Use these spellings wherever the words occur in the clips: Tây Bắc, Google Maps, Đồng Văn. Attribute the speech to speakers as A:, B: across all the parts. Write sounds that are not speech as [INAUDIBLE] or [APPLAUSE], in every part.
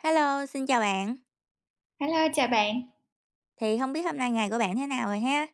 A: Hello, xin chào bạn.
B: Hello, chào bạn.
A: Thì không biết hôm nay ngày của bạn thế nào rồi ha?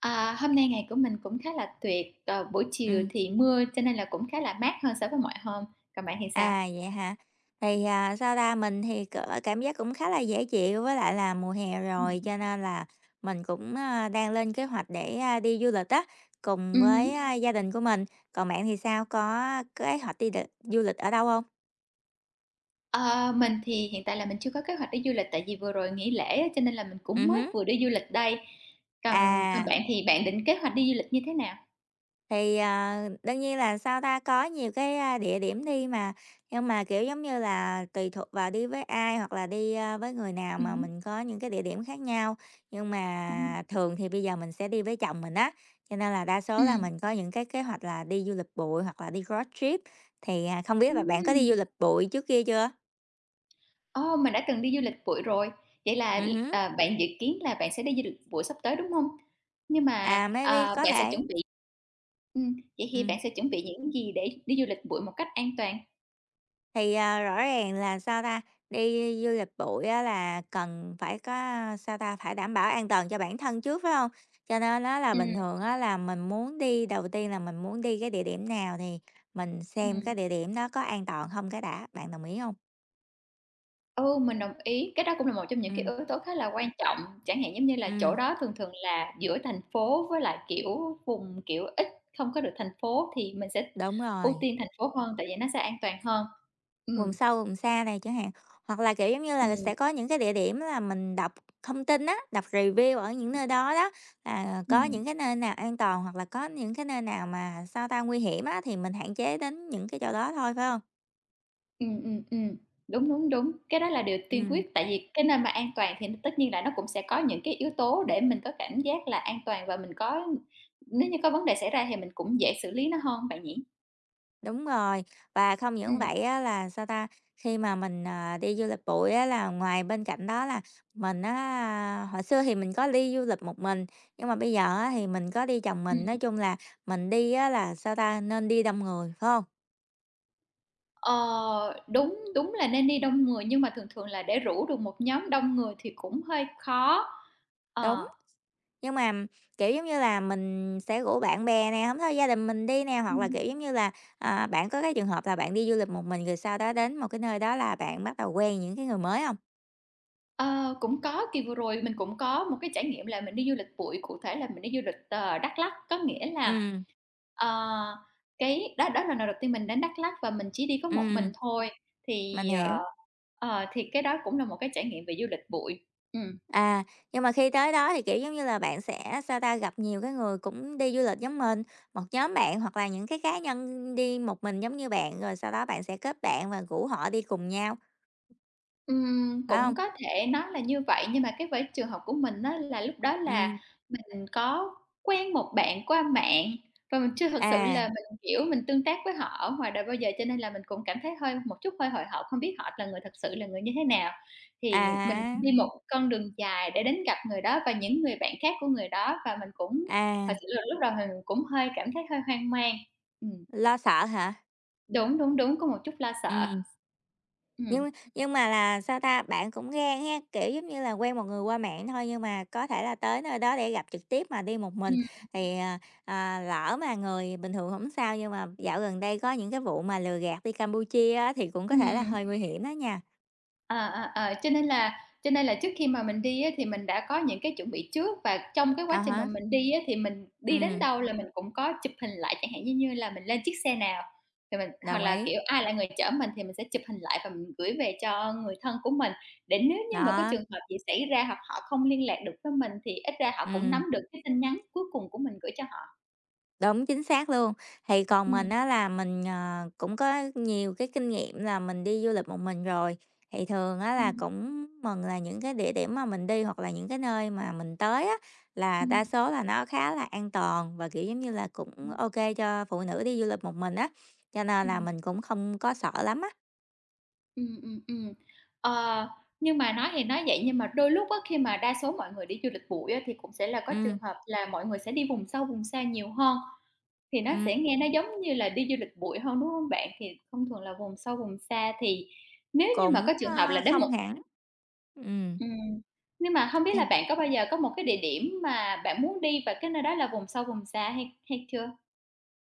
B: À, hôm nay ngày của mình cũng khá là tuyệt, buổi chiều
A: Ừm,
B: thì mưa cho nên là cũng khá là mát hơn so với mọi hôm, còn bạn thì sao?
A: vậy hả? Thì, mình thì cảm giác cũng khá là dễ chịu, với lại là mùa hè
B: Ừm.
A: rồi cho nên là mình cũng, đang lên kế hoạch để, đi du lịch á, cùng với,
B: Hứm.
A: gia đình của mình. Còn bạn thì sao, có kế hoạch đi du lịch ở đâu không?
B: Ờ, mình thì hiện tại là mình chưa có kế hoạch đi du lịch tại vì vừa rồi nghỉ lễ á, cho nên là mình cũng
A: Ừm
B: mới
A: hứm,
B: vừa đi du lịch đây. Còn còn
A: à.
B: bạn thì bạn định kế hoạch đi du lịch như thế nào?
A: Thì, đương nhiên là, có nhiều cái, địa điểm đi mà, nhưng mà, kiểu, giống như là, tùy thuộc vào đi với ai hoặc là đi, với người nào mà
B: Hứm,
A: mình có những cái địa điểm khác nhau. Nhưng
B: ừm,
A: mà thường thì bây giờ mình sẽ đi với chồng mình á, cho nên là đa số là
B: ừm.
A: mình có những cái kế hoạch là đi du lịch bụi hoặc là đi road trip. Thì, không biết là bạn có đi du
B: Ừm.
A: lịch bụi trước kia chưa?
B: Ô, mình đã từng đi du lịch bụi rồi. Vậy là,
A: Hứm,
B: bạn dự kiến là bạn sẽ đi du lịch bụi sắp tới, đúng hông? Nhưng mà,
A: maybe có
B: bạn sẽ
A: thể.
B: chuẩn bị. Vậy thì
A: Ừm.
B: bạn sẽ chuẩn bị những gì để đi du lịch bụi một cách an toàn?
A: Thì, rõ ràng là, đi du lịch bụi á là cần phải có, phải đảm bảo an toàn cho bản thân trước, phải không? Cho nên nó là bình
B: Ừm,
A: thường á là mình muốn đi đầu tiên là mình muốn đi cái địa điểm nào thì mình xem cái
B: ừm.
A: địa điểm đó có an toàn không cái đã, bạn đồng ý không?
B: Ừ, mình đồng ý, cái đó cũng là một trong những
A: Ừ,
B: cái yếu tố khá là quan trọng, chẳng hạn, giống như là, chỗ
A: ừm,
B: đó thường thường là giữa thành phố với lại, kiểu, vùng, kiểu, ít không có được thành phố thì mình sẽ
A: đúng
B: ưu
A: rồi.
B: tiên thành phố hơn, tại vì nó sẽ an toàn hơn.
A: Vùng
B: Ừm,
A: sâu, vùng xa này chẳng hạn, hoặc là, kiểu, giống như là,
B: ừm,
A: sẽ có những cái địa điểm là mình đọc thông tin á, đọc review ở những nơi đó đó, là có
B: ừm.
A: những cái nơi nào an toàn hoặc là có những cái nơi nào mà, nguy hiểm á, thì mình hạn chế đến những cái chỗ đó thôi, phải không?
B: Ừm, ừm, ừm. Đúng, đúng, đúng, cái đó là điều tiên
A: Ừm.
B: quyết, tại vì cái nơi mà an toàn thì tất nhiên là nó cũng sẽ có những cái yếu tố để mình có cảm giác là an toàn và mình có nếu như có vấn đề xảy ra thì mình cũng dễ xử lý nó hơn bạn nhỉ?
A: Đúng rồi, và không những
B: Ừm,
A: vậy á là, khi mà mình, đi du lịch bụi á là ngoài bên cạnh đó là mình á hồi xưa thì mình có đi du lịch một mình, nhưng mà bây giờ á thì mình có đi chồng mình,
B: ừm.
A: nói chung là mình đi á là, nên đi đông người, phải không?
B: Ờ, đúng, đúng là nên đi đông người nhưng mà thường thường là để rủ được một nhóm đông người thì cũng hơi khó.
A: Đúng,
B: Ờ,
A: nhưng mà, kiểu, giống như là, mình sẽ rủ bạn bè nè, không thôi gia đình mình đi nè, hoặc là,
B: ừm.
A: kiểu, giống như là, bạn có cái trường hợp là bạn đi du lịch một mình rồi sau đó đến một cái nơi đó là bạn bắt đầu quen những cái người mới không?
B: Ờ, cũng có, kỳ vừa rồi mình cũng có một cái trải nghiệm là mình đi du lịch bụi, cụ thể là mình đi du lịch, Đắk Lắk. Có nghĩa là,
A: Ừ,
B: ờ, cái đó đó là lần đầu tiên mình đến Đắk Lắk và mình chỉ đi có một
A: ừ,
B: mình thôi,
A: mình
B: thì, ờ,
A: hiểu.
B: thì cái đó cũng là một cái trải nghiệm về du lịch bụi. Ừm.
A: À, nhưng mà khi tới đó thì, kiểu, giống như là, bạn sẽ, gặp nhiều cái người cũng đi du lịch giống mình, một nhóm bạn hoặc là những cái cá nhân đi một mình giống như bạn, rồi sau đó bạn sẽ kết bạn và rủ họ đi cùng nhau, phải không?
B: Cũng có thể nói là như vậy, nhưng mà cái với trường hợp của mình á là lúc đó
A: Ừ,
B: là mình có quen một bạn qua mạng và mình chưa thật sự
A: à,
B: là mình, kiểu, mình tương tác với họ ở ngoài đời bao giờ, cho nên là mình cũng cảm thấy hơi một chút hơi hồi hộp, không biết họ là người thật sự là người như thế nào. Thì mình
A: à
B: đi một con đường dài để đến gặp người đó và những người bạn khác của người đó và mình cũng
A: à,
B: thật sự là lúc đầu mình cũng hơi cảm thấy hơi hoang mang. Ừm,
A: lo sợ hả?
B: đúng, đúng, đúng, có một chút lo sợ.
A: ừ
B: Ừm,
A: nhưng nhưng mà là, bạn cũng gan ha, kiểu, giống như là, quen một người qua mạng thôi nhưng mà có thể là tới nơi đó để gặp trực tiếp mà đi một mình
B: ừm,
A: thì, lỡ mà người bình thường không sao, nhưng mà dạo gần đây có những cái vụ mà lừa gạt đi Campuchia á thì cũng có thể là
B: ừm.
A: hơi nguy hiểm đó nha.
B: Ờ, ờ, ờ, cho nên là trước khi mà mình đi á, thì mình đã có những cái chuẩn bị trước và trong cái
A: À
B: quá trình mà
A: há,
B: mình đi á, thì mình đi đến
A: ừm,
B: đâu là mình cũng có chụp hình lại, chẳng hạn như như là mình lên chiếc xe nào, thì mình hoặc
A: đồng
B: là,
A: ý,
B: kiểu, ai là người chở mình thì mình sẽ chụp hình lại và mình gửi về cho người thân của mình, để nếu như mà có
A: đó,
B: trường hợp gì xảy ra hoặc họ không liên lạc được với mình thì ít ra họ cũng nắm
A: ừm.
B: được cái tin nhắn cuối cùng của mình gửi cho họ.
A: Đúng, chính xác luôn. Thì còn mình
B: Ừm,
A: á là mình, cũng có nhiều cái kinh nghiệm là mình đi du lịch một mình rồi, thì thường á
B: ừm,
A: là cũng mừng là những cái địa điểm mà mình đi hoặc là những cái nơi mà mình tới á, là đa
B: ừm,
A: số là nó khá là an toàn và, kiểu, giống như là, cũng
B: ừm,
A: ok cho phụ nữ đi du lịch một mình á, cho nên là
B: ừm.
A: mình cũng không có sợ lắm á.
B: Ừm, ừm, ừm. Ờ, nhưng mà nói thì nói vậy nhưng mà đôi lúc á, khi mà đa số mọi người đi du lịch bụi á, thì cũng sẽ là có
A: Ừm,
B: trường hợp là mọi người sẽ đi vùng sâu, vùng xa nhiều hơn, thì nó sẽ nghe
A: ừm,
B: nó giống như là đi du lịch bụi hơn, đúng hông bạn? Thì thông thường là vùng sâu, vùng xa thì nếu như mà
A: cũng,
B: có trường hợp là
A: ơ,
B: đến
A: không
B: một,
A: hẳn ừm.
B: ừm, nhưng mà hông biết là bạn có bao giờ có một cái địa điểm mà bạn muốn đi và cái nơi đó là vùng sâu, vùng xa hay hay chưa?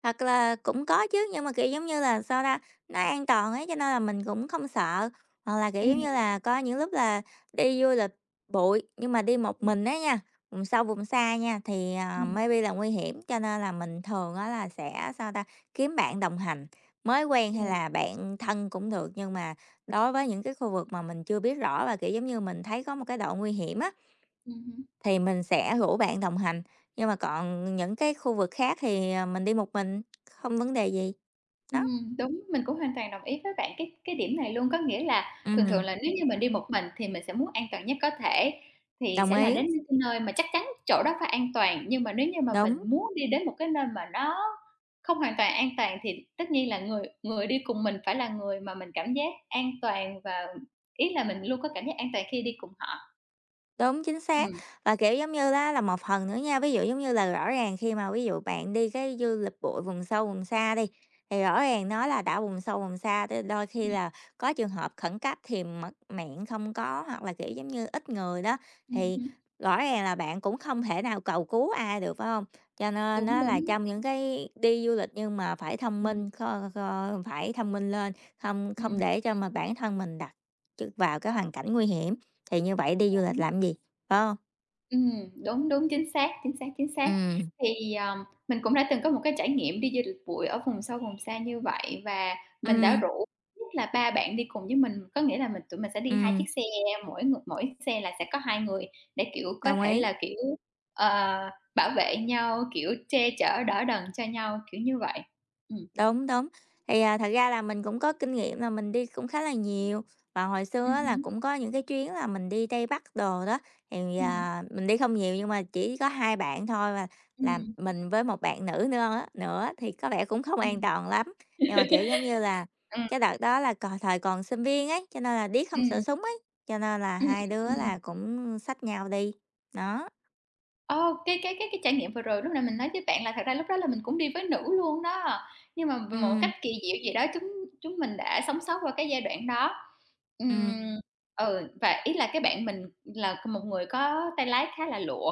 A: Thật là cũng có chứ, nhưng mà, kiểu, giống như là, nó an toàn ấy, cho nên là mình cũng không sợ. Hoặc là, kiểu, giống như
B: Ừm,
A: là, có những lúc là đi du lịch bụi, nhưng mà đi một
B: ừm,
A: mình á nha, vùng sâu vùng xa nha, thì,
B: ừm, ừm,
A: maybe là nguy hiểm, cho nên là mình thường á là sẽ, kiếm bạn đồng hành, mới quen hay là bạn thân cũng được. Nhưng mà đối với những cái khu vực mà mình chưa biết rõ và, kiểu, giống như, mình thấy có một cái độ nguy hiểm á,
B: hứm.
A: thì mình sẽ rủ bạn đồng hành, nhưng mà còn những cái khu vực khác thì, mình đi một mình, không vấn đề gì. Đó,
B: Đúng, mình cũng hoàn toàn đồng ý với bạn cái điểm này luôn. Có nghĩa là thường thường
A: ừm,
B: là nếu như mình đi một mình thì mình sẽ muốn an toàn nhất có thể, thì
A: đồng
B: sẽ là
A: ý,
B: đến những cái nơi mà chắc chắn chỗ đó phải an toàn. Nhưng mà nếu như mà mình
A: đúng.
B: muốn đi đến một cái nơi mà nó không hoàn toàn an toàn thì tất nhiên là người người đi cùng mình phải là người mà mình cảm giác an toàn và ý là mình luôn có cảm giác an toàn khi đi cùng họ.
A: Đúng, chính xác.
B: Ừm,
A: Và, kiểu, giống như lá là một phần nữa nha, ví dụ, giống như là, rõ ràng khi mà ví dụ bạn đi cái du lịch bụi vùng sâu, vùng xa đi, thì rõ ràng nó là đã vùng sâu, vùng xa tới đôi khi
B: ừm,
A: là có trường hợp khẩn cấp thì mất mạng không có hoặc là, kiểu, giống như, ít người đó, thì
B: hứm,
A: rõ ràng là bạn cũng không thể nào cầu cứu ai được, phải không? Cho nên
B: đúng,
A: nó là
B: đúng,
A: trong những cái đi du lịch nhưng mà phải thông
B: ừm,
A: minh, kho kho phải thông minh lên, không không
B: ừm,
A: để cho mà bản thân mình đặt vào cái hoàn cảnh nguy hiểm. Thì như vậy đi du lịch
B: đúng.
A: làm gì, phải không?
B: Đúng, đúng, chính xác, chính xác, chính xác.
A: Ừm,
B: Thì, mình cũng đã từng có một cái trải nghiệm đi du lịch bụi ở vùng sâu vùng xa như vậy và mình đã
A: ừm,
B: rủ nhất là ba bạn đi cùng với mình, có nghĩa là tụi mình sẽ đi hai
A: ừm,
B: chiếc xe, mỗi người mỗi xe là sẽ có 2 người để, kiểu, có
A: đồng
B: thể
A: ý,
B: là, kiểu, ờ, bảo vệ nhau, kiểu, che chở, đỡ đần cho nhau, kiểu như vậy. Ừm,
A: đúng, đúng. Thì, thật ra là mình cũng có kinh nghiệm là mình đi cũng khá là nhiều, và hồi xưa á là
B: hứm,
A: cũng có những cái chuyến là mình đi Tây Bắc đồ đó, thì,
B: ừm,
A: mình đi không nhiều nhưng mà chỉ có 2 bạn thôi và là
B: ừm,
A: mình với một bạn nữ nữa á nữa thì có vẻ cũng không an
B: ừm.
A: toàn lắm. Nhưng mà, kiểu, giống như là,
B: [LAUGHS] Ừm,
A: cái đợt đó là còn thời còn sinh viên ấy, cho nên là điếc không sợ
B: ừm,
A: súng ấy, cho nên là hai đứa
B: ừm.
A: là cũng xách nhau đi, đó,
B: Ờ, cái trải nghiệm vừa rồi lúc nãy mình nói với bạn là thật ra lúc đó là mình cũng đi với nữ luôn đó, nhưng mà về một
A: ừm.
B: cách kỳ diệu gì đó chúng chúng mình đã sống sót qua cái giai đoạn đó.
A: Ừm,
B: Ừm, ừ, và ý là cái bạn mình là một người có tay lái khá là lụa.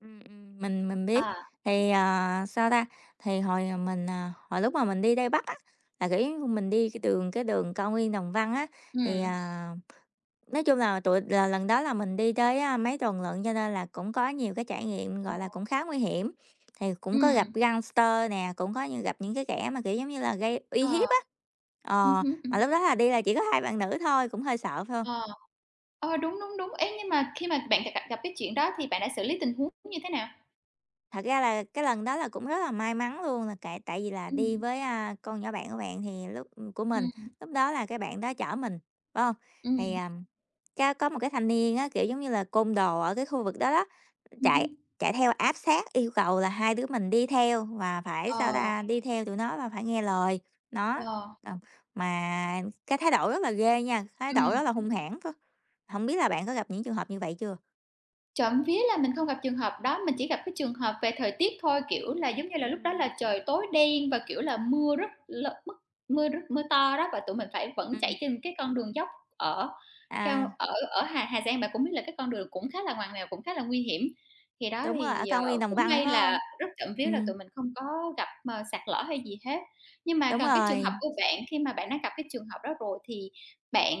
A: mình biết.
B: À,
A: Thì, ờ, sao ta, thì hồi mình, à, hồi lúc mà mình đi Tây Bắc á, là, kiểu, mình đi cái đường cao nguyên Đồng Văn á, thì,
B: ừm,
A: nói chung là tụi là lần đó là mình đi tới, mấy tuần lận cho nên là cũng có nhiều cái trải nghiệm,
B: ờ,
A: gọi là, cũng khá nguy hiểm. Thì cũng có gặp
B: ừm,
A: gangster nè, cũng có như gặp những cái kẻ mà, kiểu, giống như là, gây uy
B: ờ,
A: hiếp á. Ờ,
B: hứm,
A: mà lúc đó là đi là chỉ có hai bạn nữ thôi, cũng hơi sợ, phải hông?
B: ờ, ờ, đúng, đúng, đúng. Ê, nhưng mà khi mà bạn gặp gặp cái chuyện đó thì bạn đã xử lý tình huống như thế nào?
A: Thật ra là cái lần đó là cũng rất là may mắn luôn là tại tại vì là đi
B: Ừm,
A: với, con nhỏ bạn của bạn thì lúc của mình,
B: ừm,
A: lúc đó là cái bạn đó chở mình, phải không? Thì,
B: ừm,
A: cái có một cái thanh niên á, kiểu, giống như là côn đồ ở cái khu vực đó đó, chạy
B: hứm.
A: chạy theo áp sát, yêu cầu là hai đứa mình đi theo và phải,
B: Ờ,
A: đi theo tụi nó và phải nghe lời nó.
B: ờ,
A: Ờ, mà cái thái độ rất là ghê nha, thái độ rất
B: ừm.
A: là hung hãn cơ. Không biết là bạn có gặp những trường hợp như vậy chưa?
B: Trộm vía là mình không gặp trường hợp đó, mình chỉ gặp cái trường hợp về thời tiết thôi, kiểu là, giống như là, lúc đó
A: Ừm.
B: là trời tối đen và, kiểu là, mưa rất l mức mưa rất mưa to đó và tụi mình phải vẫn
A: Ừm,
B: chạy trên cái con đường dốc ở cao
A: à.
B: ở ở Hà Hà Giang. Bạn cũng biết là cái con đường cũng khá là ngoằn ngoèo, cũng khá là nguy hiểm. Thì đó
A: Đúng rồi, ở
B: thì,
A: cao nguyên Đồng
B: cũng
A: Văn,
B: may
A: phải không?
B: là rất trộm vía là
A: Ừm,
B: tụi mình không có gặp, sạt lở hay gì hết. Nhưng mà
A: đúng
B: còn cái trường hợp
A: rồi,
B: của bạn, khi mà bạn đã gặp cái trường hợp đó rồi thì bạn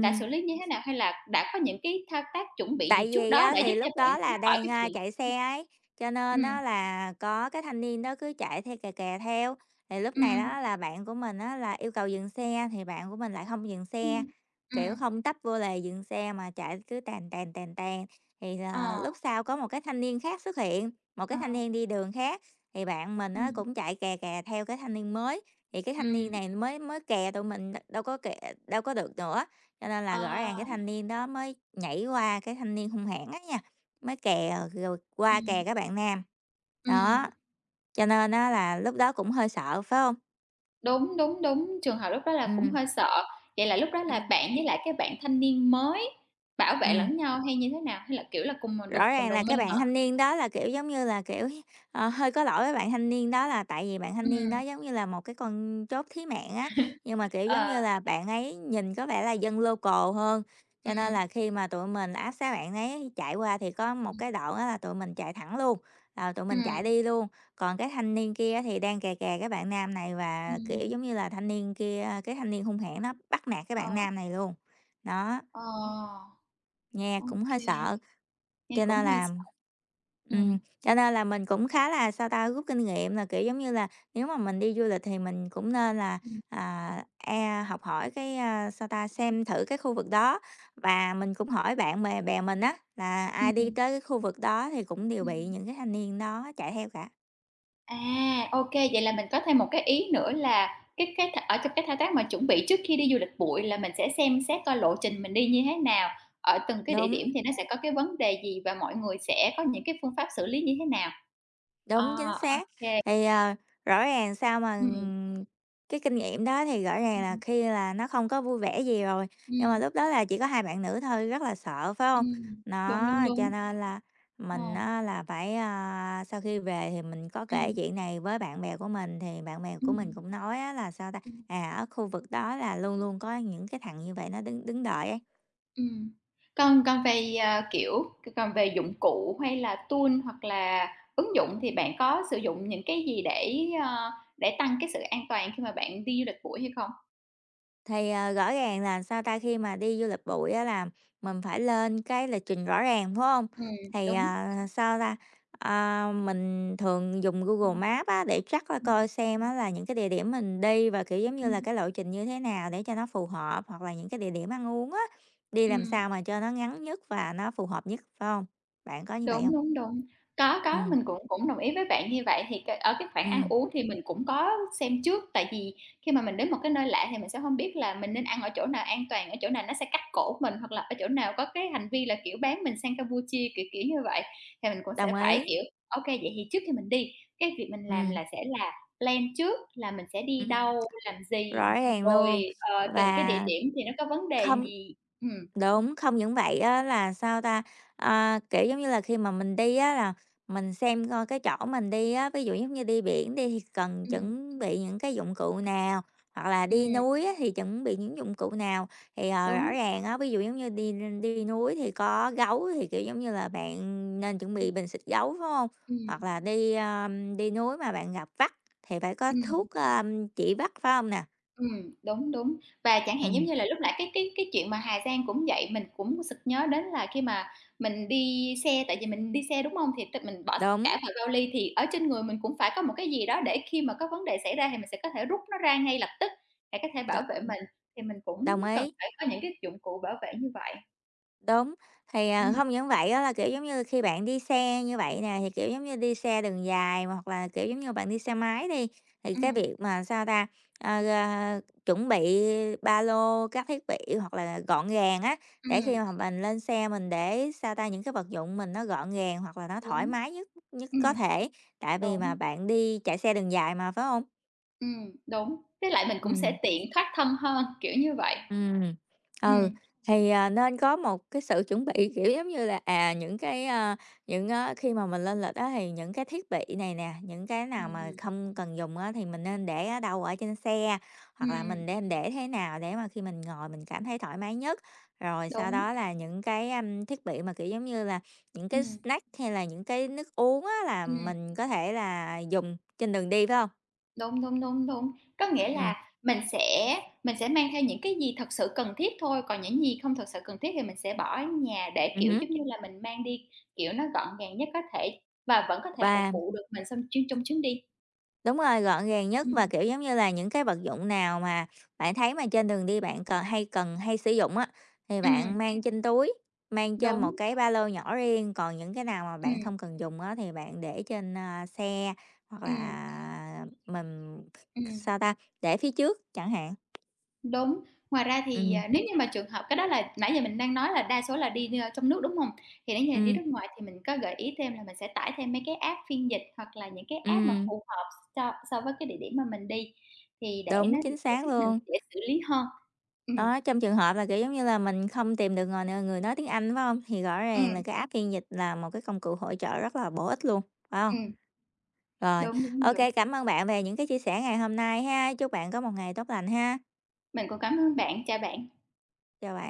B: đã xử lý như thế nào? Hay là đã có những cái thao tác chuẩn bị
A: Tại
B: gì trước
A: vì
B: đó
A: á,
B: để
A: thì
B: giúp cho
A: lúc
B: bạn
A: đó
B: thoát
A: là
B: khỏi
A: đang,
B: cái chuyện.
A: chạy
B: Ừm,
A: xe ấy, cho nên á là có cái thanh niên đó cứ chạy theo kè kè theo. Thì lúc này
B: ừm,
A: đó là bạn của mình á là yêu cầu dừng xe, thì bạn của mình lại không dừng xe,
B: ừm,
A: kiểu,
B: ừm,
A: không tấp vô lề dừng xe mà chạy cứ tàn, tàn, tàn, tàn. Thì là
B: ờ,
A: lúc sau có một cái thanh niên khác xuất hiện, một cái
B: ờ,
A: thanh niên đi đường khác, thì bạn mình á
B: ừm,
A: cũng chạy kè kè theo cái thanh niên mới, thì cái thanh niên
B: ừm,
A: này mới mới kè tụi mình đâu có kè đâu có được nữa. Cho nên là
B: ờ,
A: rõ ràng cái thanh niên đó mới nhảy qua cái thanh niên hung hãn á nha, mới kè rồi qua kè
B: ừm,
A: các bạn nam. Đó,
B: ừm,
A: cho nên á là lúc đó cũng hơi sợ, phải không?
B: đúng, đúng, đúng, trường hợp lúc đó là
A: Ừ
B: cũng hơi sợ. Vậy là lúc đó là
A: ừ
B: bạn với lại cái bạn thanh niên mới bảo vệ
A: ừ.
B: lẫn nhau hay như thế nào? Hay là, kiểu là, cùng đồng
A: Rõ
B: cùng
A: ràng
B: đồng
A: là cái
B: minh hả?
A: bạn thanh niên đó là, kiểu, giống như là, hơi có lỗi với bạn thanh niên đó là tại vì bạn thanh niên đó
B: Ừm,
A: giống như là một cái con chốt thí mạng á, nhưng mà, kiểu, giống
B: ờ,
A: như là, bạn ấy nhìn có vẻ là dân local hơn, cho nên
B: ừm,
A: là khi mà tụi mình áp sát bạn ấy chạy qua thì có một
B: ừm,
A: cái đoạn á là tụi mình chạy thẳng luôn, là tụi mình chạy
B: ừm,
A: đi luôn. Còn cái thanh niên kia thì đang kè kè cái bạn nam này và,
B: ừm,
A: kiểu, giống như là, thanh niên kia cái thanh niên hung hãn nó bắt nạt cái
B: ờ,
A: bạn nam này luôn. Đó,
B: ờ,
A: nghe
B: ô
A: cũng hơi
B: kê.
A: sợ.
B: Nghe
A: Cho
B: cũng
A: nên
B: hơi
A: là
B: sợ. Ừm.
A: cho nên là mình cũng khá là, sao ta, rút kinh nghiệm là, kiểu, giống như là, nếu mà mình đi du lịch thì mình cũng nên là,
B: Ừm.
A: e học hỏi cái, sao ta, xem thử cái khu vực đó và mình cũng hỏi bạn bè bè mình á, là ai đi
B: Ừm,
A: tới cái khu vực đó thì cũng đều bị
B: ừm.
A: những cái thanh niên đó chạy theo cả.
B: À, ô kê, vậy là mình có thêm một cái ý nữa là cái th ở trong cái thao tác mà chuẩn bị trước khi đi du lịch bụi là mình sẽ xem xét coi lộ trình mình đi như thế nào, ở từng cái địa điểm
A: Đúng.
B: thì nó sẽ có cái vấn đề gì và mọi người sẽ có những cái phương pháp xử lý như thế nào. À,
A: Đúng, chính
B: ô
A: xác.
B: kê.
A: Thì, rõ ràng sao mà,
B: Ừm,
A: cái kinh nghiệm đó thì rõ ràng là
B: ừm,
A: khi là nó không có vui vẻ gì rồi, nhưng mà
B: ừm,
A: lúc đó là chỉ có hai bạn nữ thôi, rất là sợ, phải không?
B: Đúng,
A: Nó
B: đúng,
A: cho
B: đúng.
A: nên là
B: Ờ,
A: mình á là phải, sau khi về thì mình có kể
B: ừm,
A: chuyện này với bạn bè của mình, thì bạn bè của mình
B: ừm,
A: cũng nói á là, sao ta,
B: ừm.
A: à, ở khu vực đó là luôn luôn có những cái thằng như vậy nó đứng đứng đợi ấy.
B: Ừm. Còn còn về, kiểu, còn về dụng cụ hay là tool hoặc là ứng dụng thì bạn có sử dụng những cái gì để, ờ, để tăng cái sự an toàn khi mà bạn đi du lịch buổi hay không?
A: Thì, rõ ràng là, sao ta, khi mà đi du lịch bụi á là mình phải lên cái lịch trình rõ ràng, phải không? Thì,
B: Đúng.
A: sao ta, mình thường dùng Google
B: Ừm,
A: Maps á để chắc coi
B: ừm,
A: coi xem á là những cái địa điểm mình đi và, kiểu, giống như là,
B: ừm,
A: cái lộ trình như thế nào để cho nó phù hợp, hoặc là những cái địa điểm ăn uống á, đi làm
B: ừm.
A: sao mà cho nó ngắn nhất và nó phù hợp nhất, phải không? Bạn có như vậy
B: Đúng,
A: không?
B: đúng, đúng. Có,
A: Ừm,
B: mình cũng cũng đồng ý với bạn như vậy. Thì cái ở cái khoản ăn
A: ừm,
B: uống thì mình cũng có xem trước, tại vì khi mà mình đến một cái nơi lạ thì mình sẽ hông biết là mình nên ăn ở chỗ nào an toàn, ở chỗ nào nó sẽ cắt cổ mình, hoặc là ở chỗ nào có cái hành vi là, kiểu, bán mình sang Campuchia, kiểu, kiểu như vậy. Thì mình cũng sẽ
A: đồng
B: phải,
A: ý.
B: kiểu, ô kê, vậy thì trước khi mình đi, cái việc mình làm
A: Ừm,
B: là sẽ là plan trước là mình sẽ đi
A: ừm,
B: đâu, làm gì,
A: rõ ràng
B: rồi,
A: luôn.
B: từng cái địa
A: Và
B: điểm thì nó có vấn đề
A: không.
B: gì. Ừm,
A: Đúng, không những vậy á là, sao ta, kiểu, giống như là, khi mà mình đi á là mình xem coi cái chỗ mình đi á, ví dụ giống như đi biển đi thì cần
B: ừm,
A: chuẩn bị những cái dụng cụ nào, hoặc là đi
B: ừm,
A: núi á thì chuẩn bị những dụng cụ nào. Thì, rõ
B: đúng.
A: ràng á, ví dụ giống như đi đi núi thì có gấu thì, kiểu, giống như là, bạn nên chuẩn bị
B: Ừm,
A: bình xịt gấu, phải không? Hoặc
B: ừm,
A: là đi, đi núi mà bạn gặp vắt thì phải có
B: ừm.
A: thuốc, trị vắt, phải không nè?
B: Đúng, đúng. Và chẳng hạn, giống
A: Ừm,
B: như là, lúc nãy cái chuyện mà Hà Giang cũng vậy, mình cũng sực nhớ đến là khi mà mình đi xe tại vì mình đi xe, đúng hông? Thì mình bỏ
A: đúng,
B: cả vào vali thì ở trên người mình cũng phải có một cái gì đó để khi mà có vấn đề xảy ra thì mình sẽ có thể rút nó ra ngay lập tức để có thể
A: đ
B: bảo vệ mình, thì mình cũng
A: đồng
B: cần
A: ý.
B: phải có những cái dụng cụ bảo vệ như vậy.
A: Đúng, thì,
B: Ừm,
A: không những vậy đó là, kiểu, giống như, khi bạn đi xe như vậy nè, thì, kiểu, giống như, đi xe đường dài mà hoặc là, kiểu, giống như, bạn đi xe máy đi, thì cái
B: ừm,
A: việc mà, sao ta, ờ, ờ, chuẩn bị ba lô, các thiết bị hoặc là gọn gàng á, để khi
B: ừm,
A: mà mình lên xe mình để, sao ta, những cái vật dụng mình nó gọn gàng hoặc là nó thoải
B: đúng,
A: mái nhất nhất có
B: ừm,
A: thể, tại vì mà
B: đúng,
A: bạn đi chạy xe đường dài mà, phải không?
B: đúng. Với lại mình cũng
A: Ừm.
B: sẽ tiện thoát thân hơn, kiểu như vậy.
A: Ừm, ừ,
B: Ừm,
A: thì, nên có một cái sự chuẩn bị, kiểu, giống như là, à, những cái, những á khi mà mình lên lịch á thì những cái thiết bị này nè, những cái nào mà
B: ừm,
A: không cần dùng á thì mình nên để ở đâu ở trên xe, hoặc là mình
B: ừm,
A: nên để thế nào để mà khi mình ngồi mình cảm thấy thoải mái nhất. Rồi sau
B: đúng,
A: đó là những cái, thiết bị mà, kiểu, giống như là, những cái
B: ừm.
A: snack hay là những cái nước uống á là
B: Ừm,
A: mình có thể là dùng trên đường đi, phải không?
B: đúng, đúng, đúng, đúng. Có nghĩa
A: Ừ,
B: là mình sẽ mang theo những cái gì thật sự cần thiết thôi, còn những gì không thật sự cần thiết thì mình sẽ bỏ ở nhà để, kiểu,
A: ừm
B: giống như là, mình mang đi, kiểu, nó gọn gàng nhất có thể và vẫn có thể phục
A: và
B: vụ được mình xong chuyên trong chuyến đi.
A: đúng rồi, gọn gàng nhất và,
B: Ừm,
A: kiểu, giống như là, những cái vật dụng nào mà bạn thấy mà trên đường đi bạn cần hay sử dụng á, thì
B: ừm,
A: bạn mang trên túi, mang trên một
B: đúng,
A: cái ba lô nhỏ riêng, còn những cái nào mà bạn
B: ừm,
A: không cần dùng á thì bạn để trên, xe hoặc
B: ừm,
A: là mình
B: ừm.
A: sao ta? Để phía trước chẳng hạn.
B: Đúng, ngoài ra thì,
A: Ừm,
B: à, nếu như mà trường hợp cái đó là nãy giờ mình đang nói là đa số là đi, trong nước, đúng hông? Thì nếu như là đi
A: ừm,
B: nước ngoài thì mình có gợi ý thêm là mình sẽ tải thêm mấy cái app phiên dịch hoặc là những cái app mà
A: ừm,
B: phù hợp so so với cái địa điểm mà mình đi, thì để nó
A: đúng, chính
B: sẽ
A: xác
B: giúp mình
A: luôn.
B: dễ xử lý hơn. Ừm,
A: Đó, trong trường hợp là, kiểu, giống như là, mình không tìm được người người nói tiếng Anh, phải không? Thì rõ ràng là
B: ừm,
A: cái app phiên dịch là một cái công cụ hỗ trợ rất là bổ ích luôn, phải không?
B: ừm,
A: Rồi,
B: đúng, đúng,
A: OK
B: đúng.
A: cảm ơn bạn về những cái chia sẻ ngày hôm nay ha. Chúc bạn có một ngày tốt lành ha.
B: Mình cũng cảm ơn bạn, chào bạn.
A: Chào bạn.